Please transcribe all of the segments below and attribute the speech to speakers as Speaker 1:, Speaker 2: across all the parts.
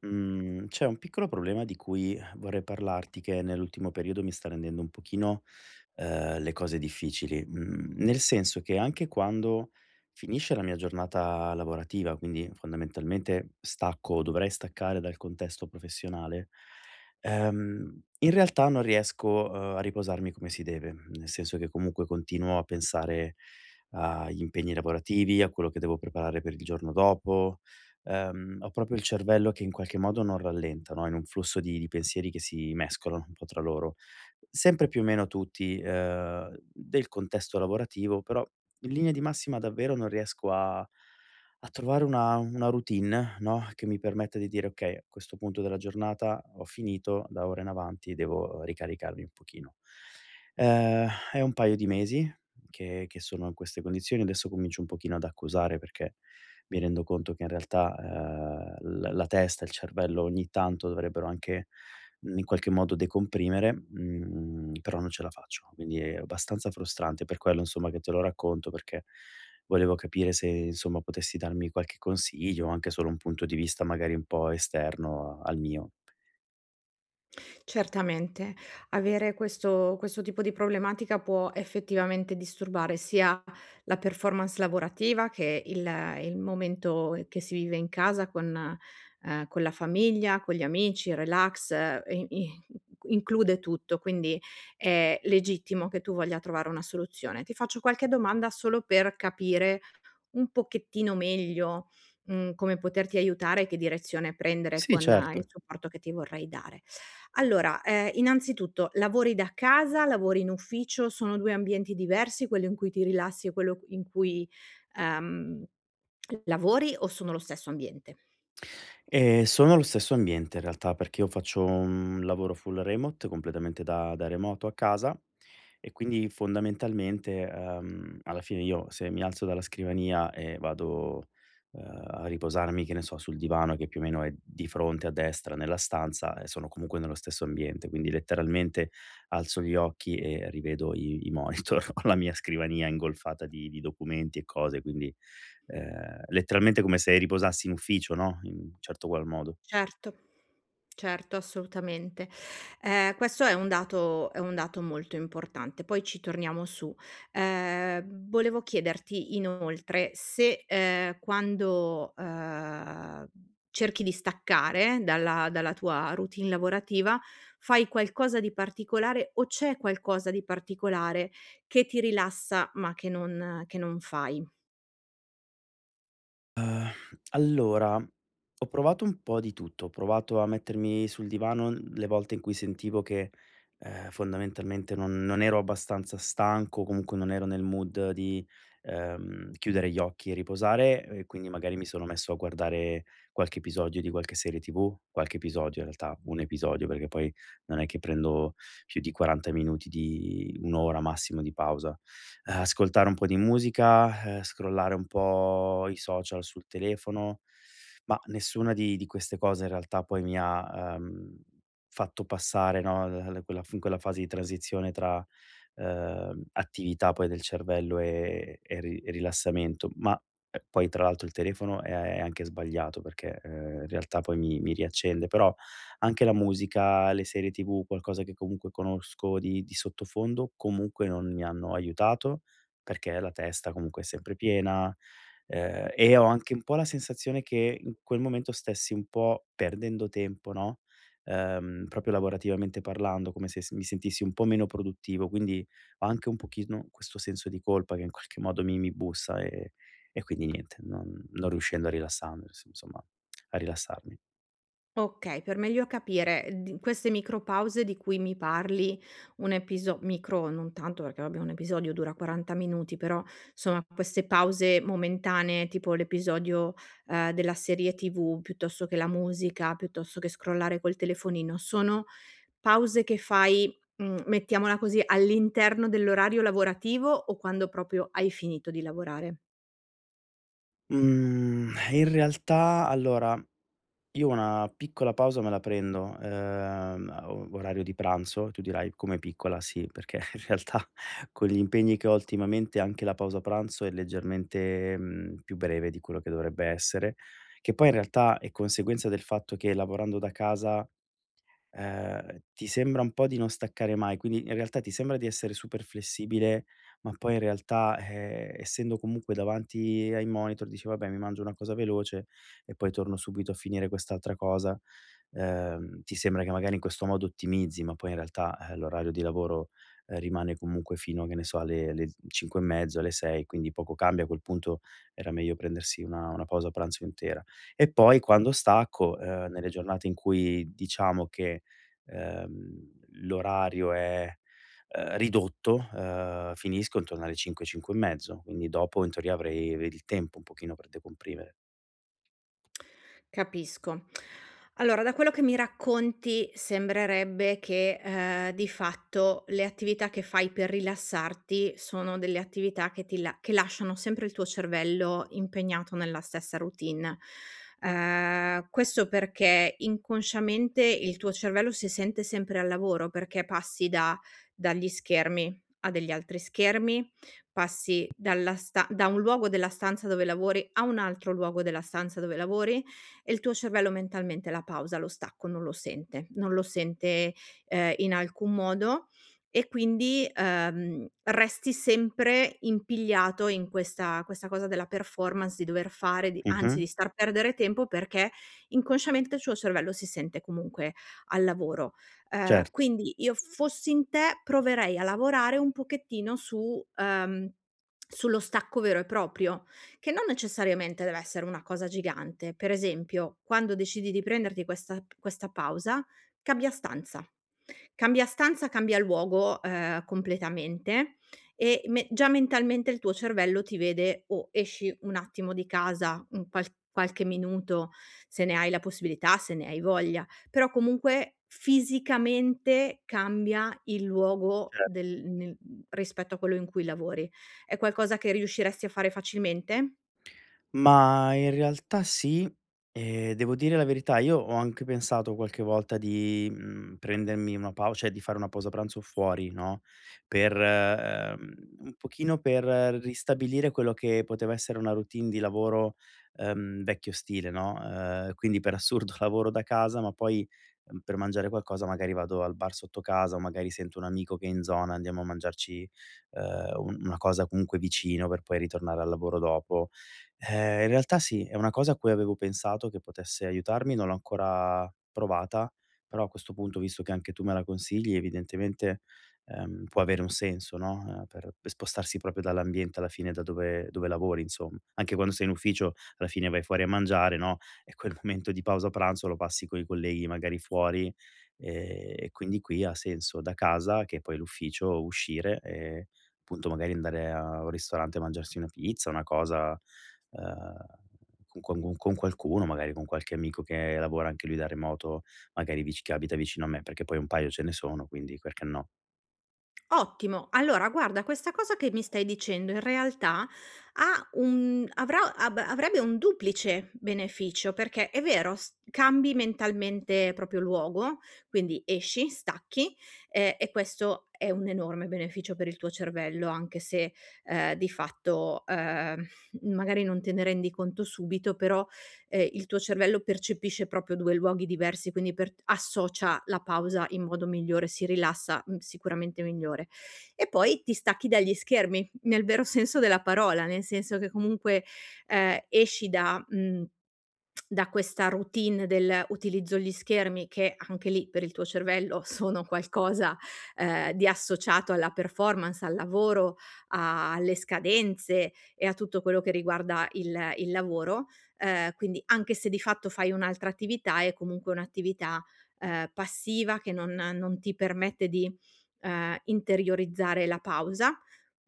Speaker 1: Mhmm, C'è un piccolo problema di cui vorrei parlarti che nell'ultimo periodo mi sta rendendo un pochino, le cose difficili, nel senso che anche quando finisce la mia giornata lavorativa, quindi fondamentalmente stacco o dovrei staccare dal contesto professionale. In realtà non riesco, a riposarmi come si deve, nel senso che comunque continuo a pensare agli impegni lavorativi, a quello che devo preparare per il giorno dopo. Ho proprio il cervello che in qualche modo non rallenta, no, in un flusso di pensieri che si mescolano un po' tra loro. Sempre più o meno tutti, del contesto lavorativo, però in linea di massima davvero non riesco a trovare una routine, no, che mi permetta di dire: "Okay, a questo punto della giornata ho finito, da ora in avanti devo ricaricarmi un pochino". È un paio di mesi che sono in queste condizioni, adesso comincio un pochino ad accusare perché mi rendo conto che in realtà, l la testa, e il cervello ogni tanto dovrebbero anche, in qualche modo decomprimere, però non ce la faccio. Quindi è abbastanza frustrante, per quello insomma che te lo racconto, perché volevo capire se insomma potessi darmi qualche consiglio, anche solo un punto di vista magari un po' esterno al mio.
Speaker 2: Certamente, avere questo tipo di problematica può effettivamente disturbare sia la performance lavorativa che il momento che si vive in casa con la famiglia, con gli amici, il relax, e i include tutto, quindi è legittimo che tu voglia trovare una soluzione. Ti faccio qualche domanda solo per capire un pochettino meglio, mhmm, come poterti aiutare e che direzione prendere
Speaker 1: Sì,
Speaker 2: con il
Speaker 1: certo.
Speaker 2: supporto che ti vorrei dare. Allora, innanzitutto lavori da casa, lavori in ufficio, sono 2 ambienti diversi, quello in cui ti rilassi e quello in cui, ehm, lavori o sono lo stesso ambiente?
Speaker 1: Sono lo stesso ambiente in realtà, perché io faccio un lavoro full remote, completamente da remoto a casa e quindi fondamentalmente, alla fine io se mi alzo dalla scrivania e vado, a riposarmi, che ne so, sul divano che più o meno è di fronte a destra nella stanza. Sono comunque nello stesso ambiente, quindi letteralmente alzo gli occhi e rivedo i monitor, ho la mia scrivania ingolfata di documenti e cose, quindi, letteralmente come se riposassi in ufficio, no, in un certo qual modo.
Speaker 2: Certo, certo, assolutamente. Questo è un dato molto importante, poi ci torniamo su. Volevo chiederti inoltre se, quando, cerchi di staccare dalla tua routine lavorativa, fai qualcosa di particolare o c'è qualcosa di particolare che ti rilassa ma che non fai?
Speaker 1: Uhm, allora, ho provato un po' di tutto, ho provato a mettermi sul divano le volte in cui sentivo che, fondamentalmente non ero abbastanza stanco, comunque non ero nel mood di, chiudere gli occhi e riposare e quindi magari mi sono messo a guardare qualche episodio di qualche serie TV, qualche episodio in realtà, 1 episodio, perché poi non è che prendo più di 40 minuti di 1 ora massimo di pausa. Ascoltare un po' di musica, scrollare un po' i social sul telefono, ma nessuna di queste cose in realtà poi mi ha, fatto passare, no, l l quella f quella fase di transizione tra, attività poi del cervello e rilassamento. Ma poi tra l'altro il telefono è anche sbagliato perché, in realtà poi mi riaccende, però anche la musica, le serie TV, qualcosa che comunque conosco di sottofondo, comunque non mi hanno aiutato, perché la testa comunque è sempre piena. E ho anche un po' la sensazione che in quel momento stessi un po' perdendo tempo, no, proprio lavorativamente parlando, come se s mi sentissi un po' meno produttivo, quindi ho anche un pochino questo senso di colpa che in qualche modo mi bussa, e quindi niente, non riuscendo a rilassandosi insomma a rilassarmi.
Speaker 2: Okay, per meglio capire, di queste micropause di cui mi parli, un episo micro non tanto perché vabbè un episodio dura 40 minuti, però insomma queste pause momentanee, tipo l'episodio, della serie TV, piuttosto che la musica, piuttosto che scrollare col telefonino, sono pause che fai, mhmm, mettiamola così, all'interno dell'orario lavorativo o quando proprio hai finito di lavorare?
Speaker 1: Mhmm, In realtà allora, io una piccola pausa me la prendo, a o orario di pranzo. Tu dirai: "Come piccola?" Sì, perché in realtà con gli impegni che ho ultimamente anche la pausa pranzo è leggermente, più breve di quello che dovrebbe essere, che poi in realtà è conseguenza del fatto che lavorando da casa ti sembra un po' di non staccare mai, quindi in realtà ti sembra di essere super flessibile, ma poi in realtà, essendo comunque davanti ai monitor dici: "Vabbè, mi mangio una cosa veloce e poi torno subito a finire quest'altra cosa." Ti sembra che magari in questo modo ottimizzi, ma poi in realtà, l'orario di lavoro, rimane comunque fino, che ne so, alle 5 e mezzo, alle 6, quindi poco cambia. A quel punto era meglio prendersi una pausa pranzo intera. E poi quando stacco, nelle giornate in cui diciamo che, ehm, l'orario è, ridotto, finisco intorno alle 5, 5 e mezzo, quindi dopo in teoria avrei il tempo un pochino per decomprimere.
Speaker 2: Capisco. Allora, da quello che mi racconti sembrerebbe che, di fatto le attività che fai per rilassarti sono delle attività che ti la che lasciano sempre il tuo cervello impegnato nella stessa routine. Questo perché inconsciamente il tuo cervello si sente sempre al lavoro, perché passi da dagli schermi a degli altri schermi, passi dalla sta da un luogo della stanza dove lavori a un altro luogo della stanza dove lavori, e il tuo cervello mentalmente la pausa, lo stacco non lo sente, non lo sente, in alcun modo e quindi, resti sempre impigliato in questa cosa della performance, di dover fare, di anzi
Speaker 1: Mh-mh,
Speaker 2: di star perdere tempo perché inconsciamente il suo cervello si sente comunque al lavoro.
Speaker 1: certo,
Speaker 2: Quindi io fossi in te proverei a lavorare un pochettino su sullo stacco vero e proprio, che non necessariamente deve essere una cosa gigante. Per esempio, quando decidi di prenderti questa pausa, cambia stanza. Cambia stanza, cambia luogo, completamente e me già mentalmente il tuo cervello ti vede: "Oh, esci un attimo di casa, un qual qualche minuto, se ne hai la possibilità, se ne hai voglia", però comunque fisicamente cambia il luogo
Speaker 1: cer
Speaker 2: del nel rispetto a quello in cui lavori. È qualcosa che riusciresti a fare facilmente?
Speaker 1: Ma in realtà sì, devo dire la verità, io ho anche pensato qualche volta di, prendermi una pau cioè di fare una pausa pranzo fuori, no, per, un pochino per ristabilire quello che poteva essere una routine di lavoro, vecchio stile, no, quindi per assurdo lavoro da casa, ma poi, per mangiare qualcosa magari vado al bar sotto casa o magari sento un amico che è in zona, andiamo a mangiarci, un una cosa comunque vicino per poi ritornare al lavoro dopo. In realtà sì, è una cosa a cui avevo pensato che potesse aiutarmi, non l'ho ancora provata, però a questo punto, visto che anche tu me la consigli, evidentemente, può avere un senso, no, per spostarsi proprio dall'ambiente alla fine da dove lavori insomma. Anche quando sei in ufficio alla fine vai fuori a mangiare, no, e quel momento di pausa pranzo lo passi coi colleghi magari fuori, e quindi qui ha senso da casa, che è poi è l'ufficio, uscire e appunto magari andare a un ristorante a mangiarsi una pizza, una cosa, ehm, con qualcuno, magari con qualche amico che lavora anche lui da remoto, magari vic che abita vicino a me, perché poi un paio ce ne sono, quindi perché no.
Speaker 2: Ottimo. Allora guarda, questa cosa che mi stai dicendo in realtà ha un avrà ab avrebbe un duplice beneficio, perché è vero, s cambi mentalmente proprio luogo, quindi esci, stacchi, e questo è un enorme beneficio per il tuo cervello, anche se, di fatto, magari non te ne rendi conto subito, però il tuo cervello percepisce proprio 2 luoghi diversi, quindi per associa la pausa in modo migliore, si rilassa, mhmm, sicuramente migliore. E poi ti stacchi dagli schermi, nel vero senso della parola, nel senso che comunque, esci da da questa routine del utilizzo gli schermi che anche lì per il tuo cervello sono qualcosa, di associato alla performance, al lavoro, a alle scadenze e a tutto quello che riguarda il lavoro. Quindi anche se di fatto fai un'altra attività, è comunque un'attività, passiva che non ti permette di, interiorizzare la pausa.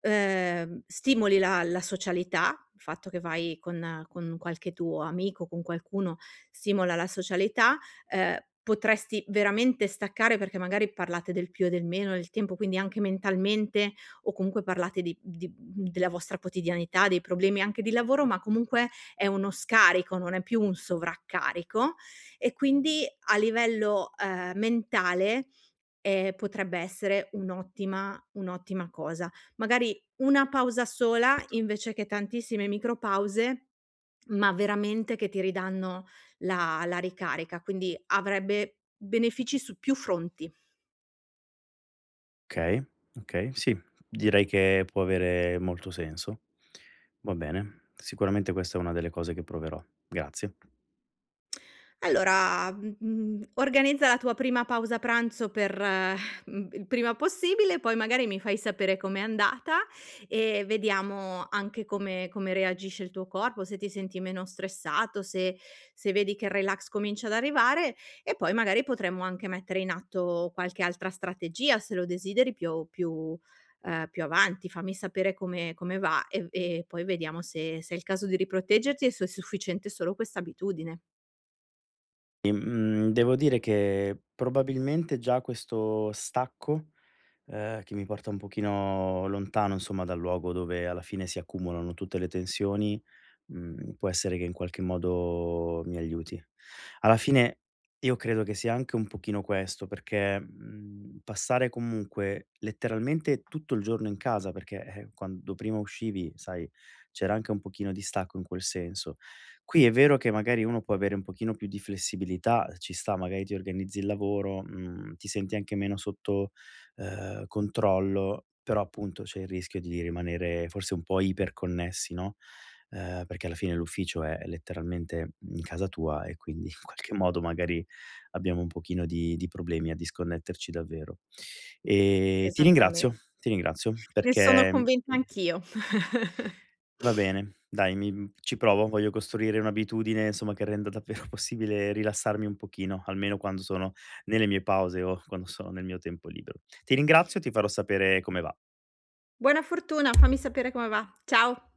Speaker 2: Stimoli la socialità, il fatto che vai con qualche tuo amico, con qualcuno, stimola la socialità. Ehm, Potresti veramente staccare perché magari parlate del più e del meno del tempo, quindi anche mentalmente o comunque parlate di della vostra quotidianità, dei problemi anche di lavoro, ma comunque è uno scarico, non è più un sovraccarico e quindi a livello, mentale, potrebbe essere un'ottima cosa. Magari una pausa sola invece che tantissime micropause, ma veramente che ti ridanno la ricarica, quindi avrebbe benefici su più fronti.
Speaker 1: Okay, okay, sì, direi che può avere molto senso. Va bene, sicuramente questa è una delle cose che proverò. Grazie.
Speaker 2: Allora, mhmm, organizza la tua prima pausa pranzo per, mhmm, il prima possibile, poi magari mi fai sapere com'è andata e vediamo anche come reagisce il tuo corpo, se ti senti meno stressato, se se vedi che il relax comincia ad arrivare e poi magari potremmo anche mettere in atto qualche altra strategia, se lo desideri più più avanti. Fammi sapere come va e poi vediamo se se è il caso di riproteggerti e se è sufficiente solo questa abitudine.
Speaker 1: Devo dire che probabilmente già questo stacco, che mi porta un pochino lontano, insomma, dal luogo dove alla fine si accumulano tutte le tensioni, può essere che in qualche modo mi aiuti. Alla fine io credo che sia anche un pochino questo, perché, passare comunque letteralmente tutto il giorno in casa, perché, quando prima uscivi, sai, c'era anche un pochino di stacco in quel senso. Qui è vero che magari uno può avere un pochino più di flessibilità, ci sta, magari ti organizzi il lavoro, ti senti anche meno sotto, controllo, però appunto c'è il rischio di rimanere forse un po' iperconnessi, no? Perché alla fine l'ufficio è letteralmente in casa tua e quindi in qualche modo magari abbiamo un pochino di problemi a disconnetterci davvero. Ti
Speaker 2: Esattamente.
Speaker 1: ringrazio, ti ringrazio
Speaker 2: Ne sono
Speaker 1: perché,
Speaker 2: convinta anch'io.
Speaker 1: va bene, dai mi ci provo, voglio costruire un'abitudine insomma che renda davvero possibile rilassarmi un pochino, almeno quando sono nelle mie pause o quando sono nel mio tempo libero. Ti ringrazio, ti farò sapere come va.
Speaker 2: Buona fortuna, fammi sapere come va. Ciao.